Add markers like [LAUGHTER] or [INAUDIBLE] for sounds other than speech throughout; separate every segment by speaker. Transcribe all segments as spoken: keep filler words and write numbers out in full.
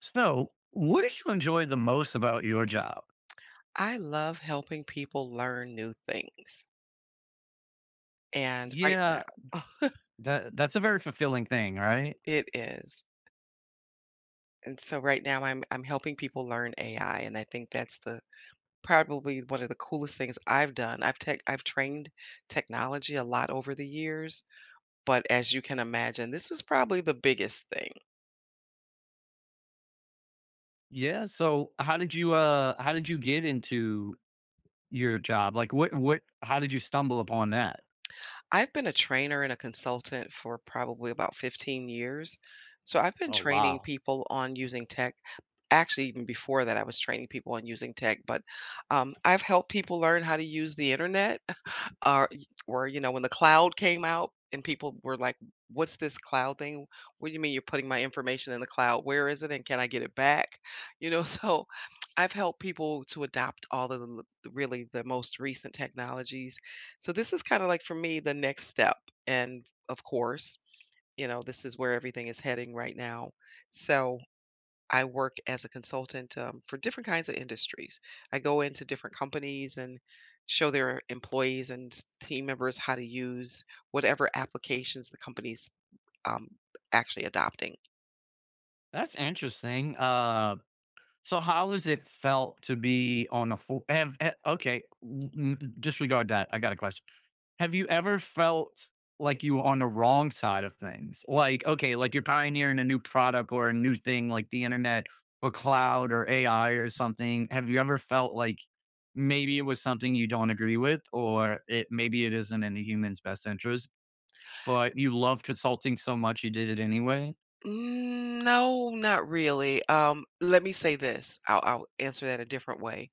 Speaker 1: So, what do you enjoy the most about your job?
Speaker 2: I love helping people learn new things. And right now,
Speaker 1: Yeah,
Speaker 2: [LAUGHS]
Speaker 1: that that's a very fulfilling thing, right?
Speaker 2: it is. And so right now I'm I'm helping people learn A I, and I think that's the probably one of the coolest things I've done. I've tech I've trained technology a lot over the years, but as you can imagine, this is probably the biggest thing.
Speaker 1: Yeah. So how did you uh how did you get into your job? Like what what how did you stumble upon that?
Speaker 2: I've been a trainer and a consultant for probably about fifteen years. So I've been
Speaker 1: Oh
Speaker 2: training
Speaker 1: wow.
Speaker 2: people on using tech. Actually, even before that, I was training people on using tech, but um, I've helped people learn how to use the internet or or, you know, when the cloud came out and people were like, "What's this cloud thing? What do you mean you're putting my information in the cloud? Where is it, and can I get it back?" You know, [LAUGHS] so I've helped people to adopt all of the l- the really the most recent technologies. So this is kinda like, for me, the next step, and, of course, you know, this is where everything is heading right now. So I work as a consultant, um, for different kinds of industries. I go into different companies and show their employees and s- team members how to use whatever applications the company's um, actually adopting.
Speaker 1: That's interesting. Uh so how has it felt to be on a full have, eh, okay, n- disregard that. I got a question. Have you ever felt like you were on the wrong side of things? Like, okay, like you're pioneering a new product or a new thing like the internet or cloud or A I or something. Have you ever felt like maybe it was something you don't agree with or it maybe it isn't in the human's best interest, but you love consulting so much you did it anyway?
Speaker 2: Mm, no, not really. Um, let me say this. I'll, I'll answer that a different way.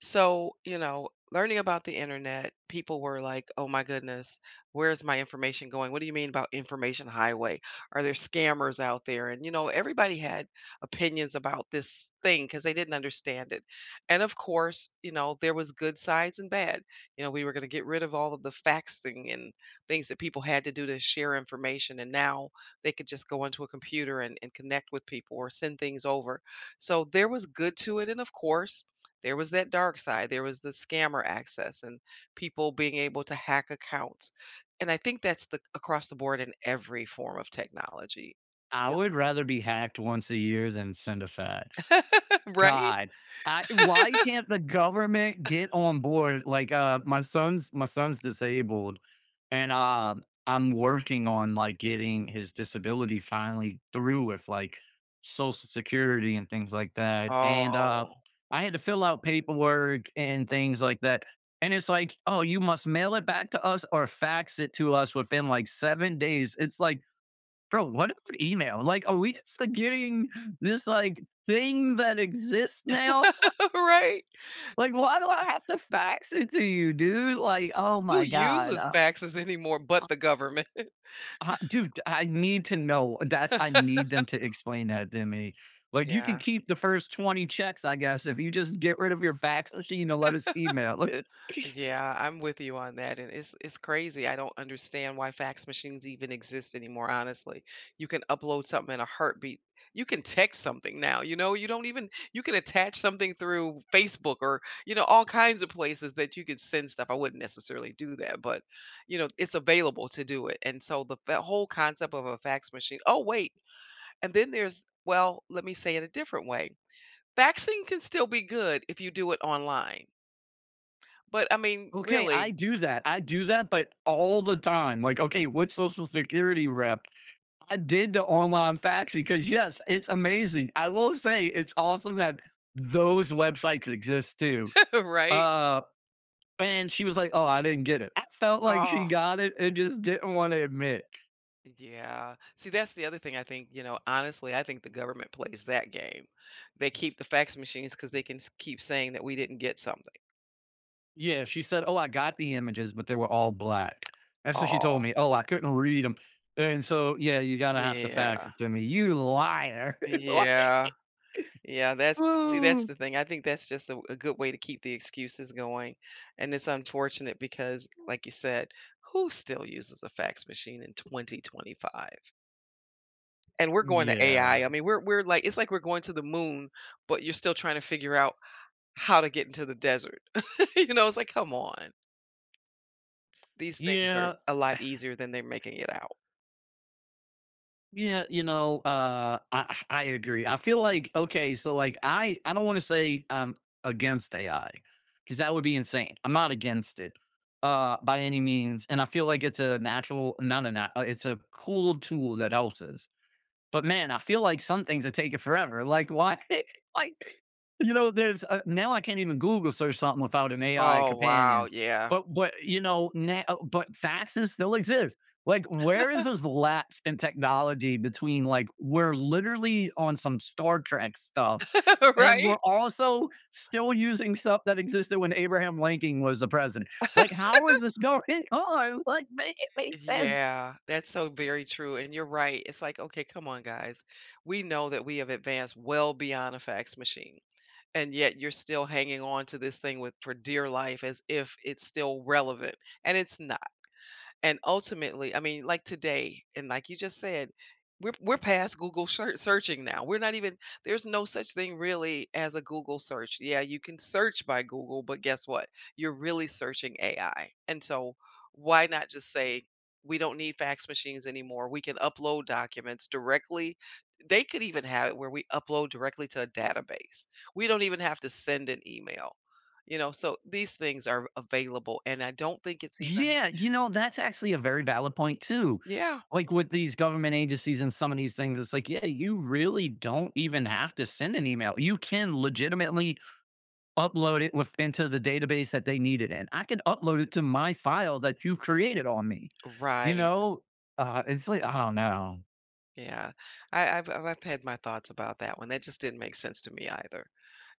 Speaker 2: So, you know, learning about the internet, people were like, "Oh my goodness, where's my information going? What do you mean about information highway? Are there scammers out there?" And you know, everybody had opinions about this thing because they didn't understand it. And of course, you know, there was good sides and bad. You know, we were going to get rid of all of the faxing and things that people had to do to share information, and now they could just go onto a computer and, and connect with people or send things over. So there was good to it. And of course, there was that dark side. There was the scammer access and people being able to hack accounts. And I think that's the across the board in every form of technology. [LAUGHS]
Speaker 1: I would rather be hacked once a year than send a fax.
Speaker 2: Right?
Speaker 1: God, I why can't the government get on board? Like, uh, my son's my son's disabled, and uh, I'm working on like getting his disability finally through with like Social Security and things like that. And uh,
Speaker 2: Oh,
Speaker 1: I had to fill out paperwork and things like that. And it's like, oh, you must mail it back to us or fax it to us within like seven days. It's like, bro, what about email? Like, are we just like, getting this like thing that exists now?
Speaker 2: [LAUGHS] right.
Speaker 1: Like, why do I have to fax it to you, dude? Like, oh
Speaker 2: Who
Speaker 1: my god,
Speaker 2: uses
Speaker 1: uh,
Speaker 2: faxes anymore but the government?
Speaker 1: uh, dude, I need to know. That's I need them to explain that to me. Like, you can
Speaker 2: Yeah.
Speaker 1: keep the first twenty checks, I guess, if you just get rid of your fax machine and let us email it.
Speaker 2: Yeah, I'm with you on that, and it's it's crazy. I don't understand why fax machines even exist anymore, honestly. You can upload something in a heartbeat. You can text something now, you know, you don't even you can attach something through Facebook or, you know, all kinds of places that you could send stuff. I wouldn't necessarily do that, but you know, it's available to do it. And so the, the whole concept of a fax machine. Oh, wait. And then there's, well, let me say it a different way. Faxing can still be good if you do it online. But I mean,
Speaker 1: Okay,
Speaker 2: really,
Speaker 1: I do that. I do that, but all the time. Like, okay, what social security rep I did the online faxing because yes, it's amazing. I will say it's awesome that those websites exist too.
Speaker 2: [LAUGHS] right?
Speaker 1: Uh, and she was like, "Oh, I didn't get it." I felt like she
Speaker 2: Oh,
Speaker 1: got it and just didn't want to admit.
Speaker 2: yeah. See, that's the other thing I think, you know, honestly, I think the government plays that game. They keep the fax machines because they can s- keep saying that we didn't get something.
Speaker 1: Yeah, she said, "Oh, I got the images, but they were all black." That's what she told
Speaker 2: Oh,
Speaker 1: me. Oh, I couldn't read them, and so yeah, you gotta have to
Speaker 2: yeah.
Speaker 1: fax it to me. You liar! [LAUGHS] Like,
Speaker 2: Yeah. Yeah. That's, see, that's
Speaker 1: oh,
Speaker 2: the thing. I think that's just a, a good way to keep the excuses going. And it's unfortunate because, like you said, who still uses a fax machine in twenty twenty-five? And we're going to A I. I
Speaker 1: yeah,
Speaker 2: I mean, we're we're like it's like we're going to the moon, but you're still trying to figure out how to get into the desert. [LAUGHS] You know, it's like, "Come on." These things are
Speaker 1: yeah.
Speaker 2: a lot easier than they're making it out.
Speaker 1: Yeah, you know, uh, I I agree. I feel like okay, so like I I don't want to say I'm against A I because that would be insane. I'm not against it uh by any means, and I feel like it's a natural, not a nat- uh, it's a cool tool that helps us. But man, I feel like some things are taking forever. Like why? [LAUGHS] Like you know, there's uh, now I can't even Google search something without an A I
Speaker 2: Oh, wow,
Speaker 1: companion.
Speaker 2: yeah.
Speaker 1: But but you know, now, oh, but faxes still exist. Like where is this lapse in technology between like we're literally on some Star Trek stuff
Speaker 2: [LAUGHS]
Speaker 1: and
Speaker 2: Right?
Speaker 1: we're also still using stuff that existed when Abraham Lincoln was the president. Like how is this going [LAUGHS] on? Like make it make sense.
Speaker 2: Yeah, that's so very true, and you're right. It's like, "Okay, come on, guys. We know that we have advanced well beyond a fax machine, and yet you're still hanging on to this thing with for dear life as if it's still relevant, and it's not." And ultimately, I mean, like today, and like you just said, we're we're past Google shir- searching now. We're not even There's no such thing really as a Google search. Yeah, you can search by Google, but guess what? You're really searching A I. And so why not just say we don't need fax machines anymore. We can upload documents directly. They could even have it where we upload directly to a database. We don't even have to send an email. You know, so these things are available and I don't think it's even
Speaker 1: Yeah, you know, that's actually a very valid point too.
Speaker 2: yeah.
Speaker 1: Like with these government agencies and some of these things, it's like, yeah, you really don't even have to send an email. You can legitimately upload it with into the database that they need it in. I can upload it to my file that you've created on me. You
Speaker 2: Right,
Speaker 1: know, uh, it's like I don't know.
Speaker 2: yeah. I I've I've I've had my thoughts about that one, that just didn't make sense to me either,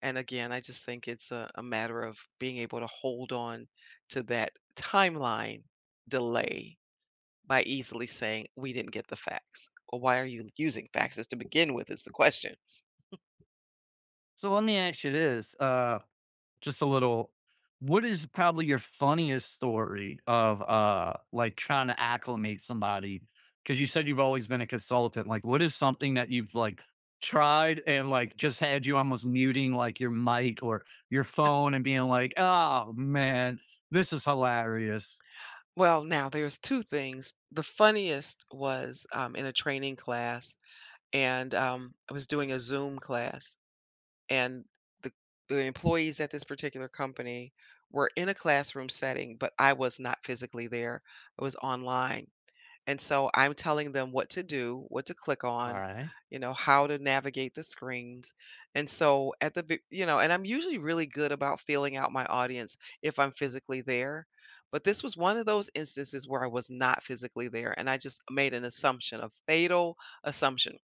Speaker 2: and again, I just think it's a a matter of being able to hold on to that timeline delay by easily saying, "We didn't get the facts." Well, why are you using faxes to begin with is the question.
Speaker 1: So let me ask you this: uh, just a little, what is probably your funniest story of, uh, like, trying to acclimate somebody? Because you said you've always been a consultant, like, what is something that you've, like, tried and, like, just had you almost muting, like, your mic or your phone and being like, "Oh, man, this is hilarious."
Speaker 2: Well, now there's two things. The funniest was, um, in a training class, and, um, I was doing a Zoom class, and the the employees at this particular company were in a classroom setting, but I was not physically there. I was online. And so I'm telling them what to do, what to click on,
Speaker 1: Alright.
Speaker 2: you know, how to navigate the screens. And so at the, ve- you know, and I'm usually really good about feeling out my audience if I'm physically there. But this was one of those instances where I was not physically there. And I just made an assumption, a fatal assumption.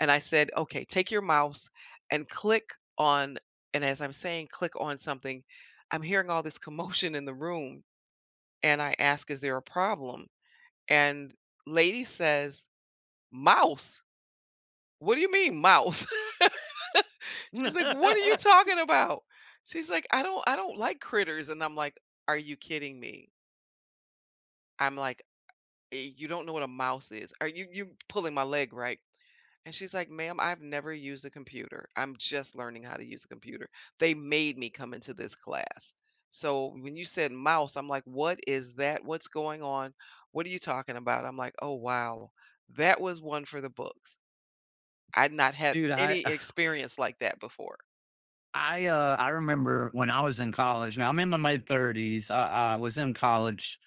Speaker 2: And I said, okay, take your mouse and click on, and as I'm saying, click on something, I'm hearing all this commotion in the room. And I ask, is there a problem? And lady says, "Mouse? What do you mean mouse?" [LAUGHS] She's like, "What are you
Speaker 1: [LAUGHS]
Speaker 2: talking about?" She's like, "I don't I don't like critters." And I'm like, "Are you kidding me?" I'm like, "Eh, "You don't know what a mouse is. Are you you pulling my leg, right?" And she's like, "Ma'am, I've never used a computer. I'm just learning how to use a computer. They made me come into this class." So when you said mouse, I'm like, "What is that? What's going on? What are you talking about?" I'm like, "Oh, wow. That was one for the books. I'd not had
Speaker 1: Dude, I
Speaker 2: any experience like that before."
Speaker 1: I, uh, I remember when I was in college, now I'm in my mid-thirties, I I was in college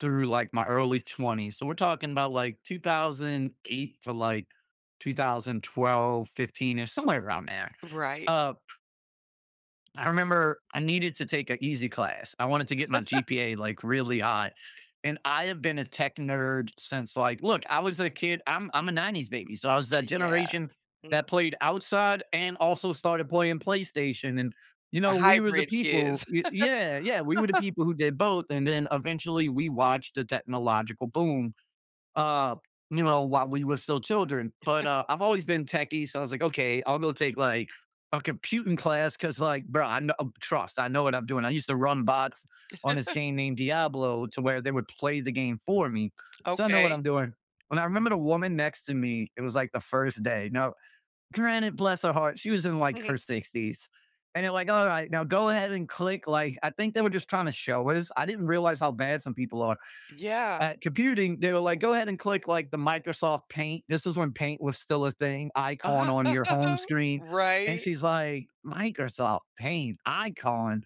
Speaker 1: through like my early twenties. So we're talking about like two thousand eight to like two thousand twelve, fifteen or somewhere around there.
Speaker 2: Right?
Speaker 1: Uh, I remember I needed to take an easy class. I wanted to get my G P A like really high. And I have been a tech nerd since like, look, I was a kid. I'm I'm a nineties baby. So I was that
Speaker 2: Yeah.
Speaker 1: generation
Speaker 2: Mhm.
Speaker 1: that played outside and also started playing PlayStation. And you
Speaker 2: The
Speaker 1: know, we were the
Speaker 2: hybrid kids.
Speaker 1: people. y- Yeah, yeah, we were the people who did both. And then eventually we watched the technological boom, uh, you know, while we were still children. But uh, I've always been techie, so I was like, okay, I'll go take like a computing class because, like, bro, I know, trust. I know what I'm doing. I used to run bots on this game named Diablo to where they would play the game for me,
Speaker 2: [LAUGHS]
Speaker 1: so I know what
Speaker 2: Okay.
Speaker 1: I'm doing. And I remember the woman next to me. It was like the first day. Now, granted, bless her heart, she was in like her
Speaker 2: Mhm.
Speaker 1: sixties. And they're like, all right, now go ahead and click. Like, I think they were just trying to show us. I didn't realize how bad some people are
Speaker 2: Yeah.
Speaker 1: at computing. They were like, go ahead and click like the Microsoft Paint, this is when Paint was still a thing, icon
Speaker 2: [LAUGHS]
Speaker 1: on your home screen. And
Speaker 2: Right.
Speaker 1: she's like, Microsoft Paint icon.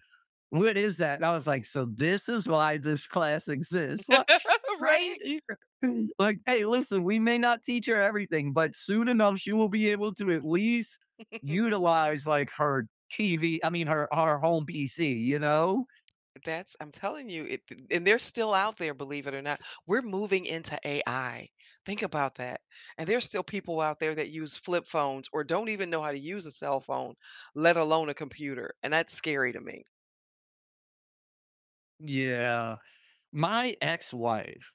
Speaker 1: What is that? And I was like, so this is why this class exists. Look,
Speaker 2: [LAUGHS]
Speaker 1: right?
Speaker 2: Right.
Speaker 1: [LAUGHS] Here. Like, hey, listen, we may not teach her everything, but soon enough, she will be able to at least utilize like her T V, I mean, her, her home P C, you know?
Speaker 2: That's I'm telling you, it and they're still out there, believe it or not. We're moving into A I. Think about that. And there's still people out there that use flip phones or don't even know how to use a cell phone, let alone a computer. And that's scary to me.
Speaker 1: Yeah. My ex wife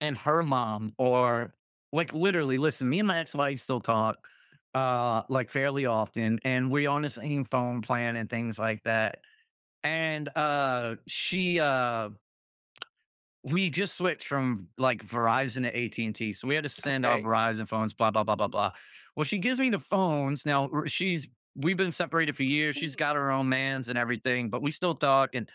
Speaker 1: and her mom are like, literally, listen, me and my ex-wife still talk uh like fairly often, and we're on the same phone plan and things like that. And uh she uh we just switched from like Verizon to AT&T, so we had to send our
Speaker 2: Okay.
Speaker 1: Verizon phones, blah blah blah blah blah. Well, she gives me the phones now. R- she's We've been separated for years. She's
Speaker 2: Mm.
Speaker 1: got her own mans and everything, but we still talk. And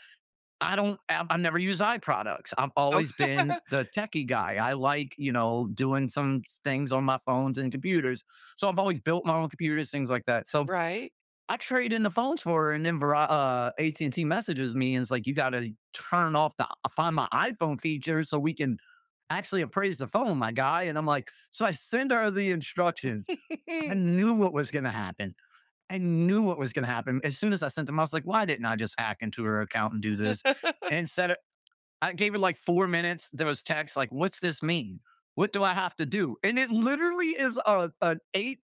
Speaker 1: I don't I've I've never used eye products. I've
Speaker 2: Oh,
Speaker 1: always been
Speaker 2: [LAUGHS]
Speaker 1: the techie guy. I like, you know, doing some things on my phones and computers. So I've always built my own computers, things like that. So
Speaker 2: right.
Speaker 1: I trade in the phones for her, and then Veri- uh, A T and T messages me and it's like, you got to turn off the uh, Find My iPhone feature so we can actually appraise the phone, my guy. And I'm like, so I send her the instructions. I
Speaker 2: [LAUGHS]
Speaker 1: knew what was going to happen. I knew what was going to happen. As soon as I sent them, I was like, why didn't I just hack into her account and do this? And set I gave it like four minutes. There was text like, "What's this mean? What do I have to do?" And it literally is a an eight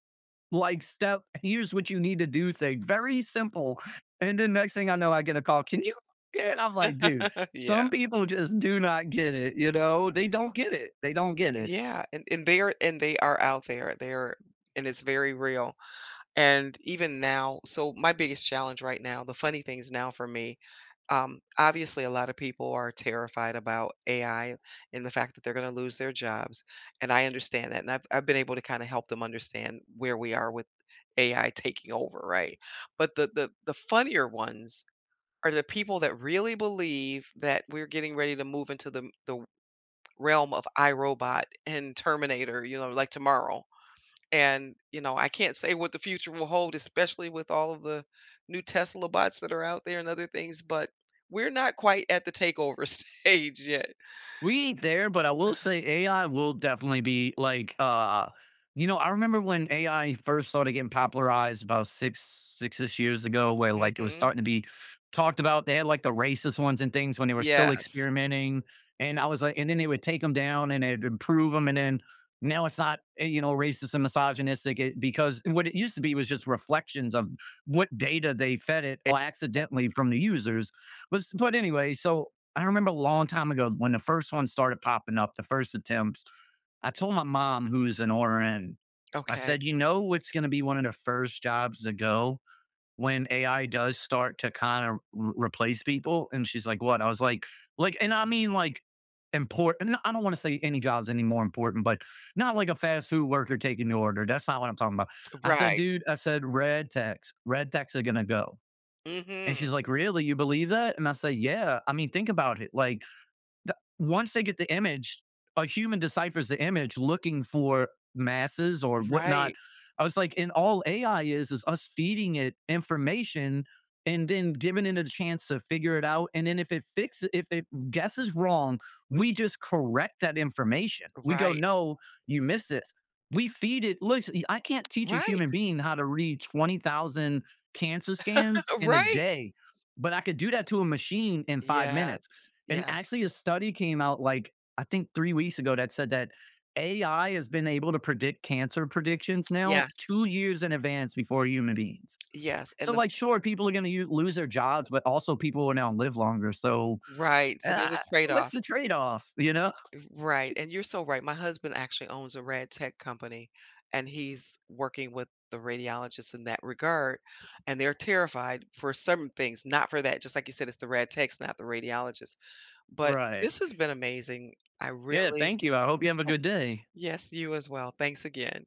Speaker 1: like step, here's what you need to do thing. Very simple. And then next thing I know, I get a call. Can you? [LAUGHS] And I'm like, dude,
Speaker 2: Yeah.
Speaker 1: some people just do not get it. You know, they don't get it. They don't get it.
Speaker 2: Yeah. And and they are and they are out there. They're And it's very real. And even now, so my biggest challenge right now, the funny things now for me, Um, obviously, a lot of people are terrified about A I and the fact that they're going to lose their jobs. And I understand that. And I've, I've been able to kind of help them understand where we are with A I taking over, right? But the, the, the funnier ones are the people that really believe that we're getting ready to move into the, the realm of iRobot and Terminator, you know, like tomorrow and, you know, I can't say what the future will hold, especially with all of the new Tesla bots that are out there and other things, but we're not quite at the takeover [LAUGHS] stage yet.
Speaker 1: We ain't there, but I will say A I will definitely be like, uh, you know, I remember when A I first started getting popularized about six, six-ish years ago, where like it was
Speaker 2: Mhm.
Speaker 1: starting to be talked about. They had like the racist ones and things when they were still
Speaker 2: Yes.
Speaker 1: experimenting. And I was like, and then they would take them down and they'd improve them. And then now it's not, eh, you know, racist and misogynistic it, because what it used to be was just reflections of what data they fed it
Speaker 2: E.
Speaker 1: accidentally from the users. But, s- but anyway, so I remember a long time ago when the first one started popping up, the first attempts. I told my mom, who's an R N, I
Speaker 2: Okay.
Speaker 1: said, you know, it's going to be one of the first jobs to go when A I does start to kind of re- replace people. And she's like, what? I was like, like, and I mean, like, important. I don't want to say any job's any more important, but not like a fast food worker taking the order. That's not what I'm talking about. I said,
Speaker 2: Right.
Speaker 1: dude, I said, red techs, red techs are going to go. And
Speaker 2: Mhm.
Speaker 1: she's like, really? You believe that? And I said, yeah. I mean, think about it. Like, once they get the image, a human deciphers the image looking for masses or whatnot.
Speaker 2: Right.
Speaker 1: I was like, and all A I is is us feeding it information and then giving it a chance to figure it out. And then if it fixes, if it guesses wrong, we just correct that information. We go,
Speaker 2: Right.
Speaker 1: no, you missed this. We feed it. Look, I can't teach a
Speaker 2: Right.
Speaker 1: human being how to read twenty thousand cancer scans
Speaker 2: [LAUGHS]
Speaker 1: in a
Speaker 2: Right.
Speaker 1: day, but I could do that to a machine in five minutes.
Speaker 2: Yes.
Speaker 1: And
Speaker 2: Yes.
Speaker 1: actually, a study came out like I think three weeks ago that said that A I has been able to predict cancer predictions now
Speaker 2: Yes.
Speaker 1: two years in advance before human beings.
Speaker 2: Yes. And
Speaker 1: So,
Speaker 2: the
Speaker 1: like, sure, people are going to lose their jobs, but also people will now live longer. So,
Speaker 2: right. So
Speaker 1: uh,
Speaker 2: there's a
Speaker 1: what's
Speaker 2: trade-off.
Speaker 1: the trade-off, you know?
Speaker 2: Right, and you're so right. My husband actually owns a rad tech company, and he's working with the radiologists in that regard, and they're terrified for some things, not for that. Just like you said, it's the rad techs, not the radiologists. But
Speaker 1: Right.
Speaker 2: this has been amazing. I
Speaker 1: Yeah,
Speaker 2: really,
Speaker 1: thank you. I hope you have a good day.
Speaker 2: yes, you as well. Thanks again.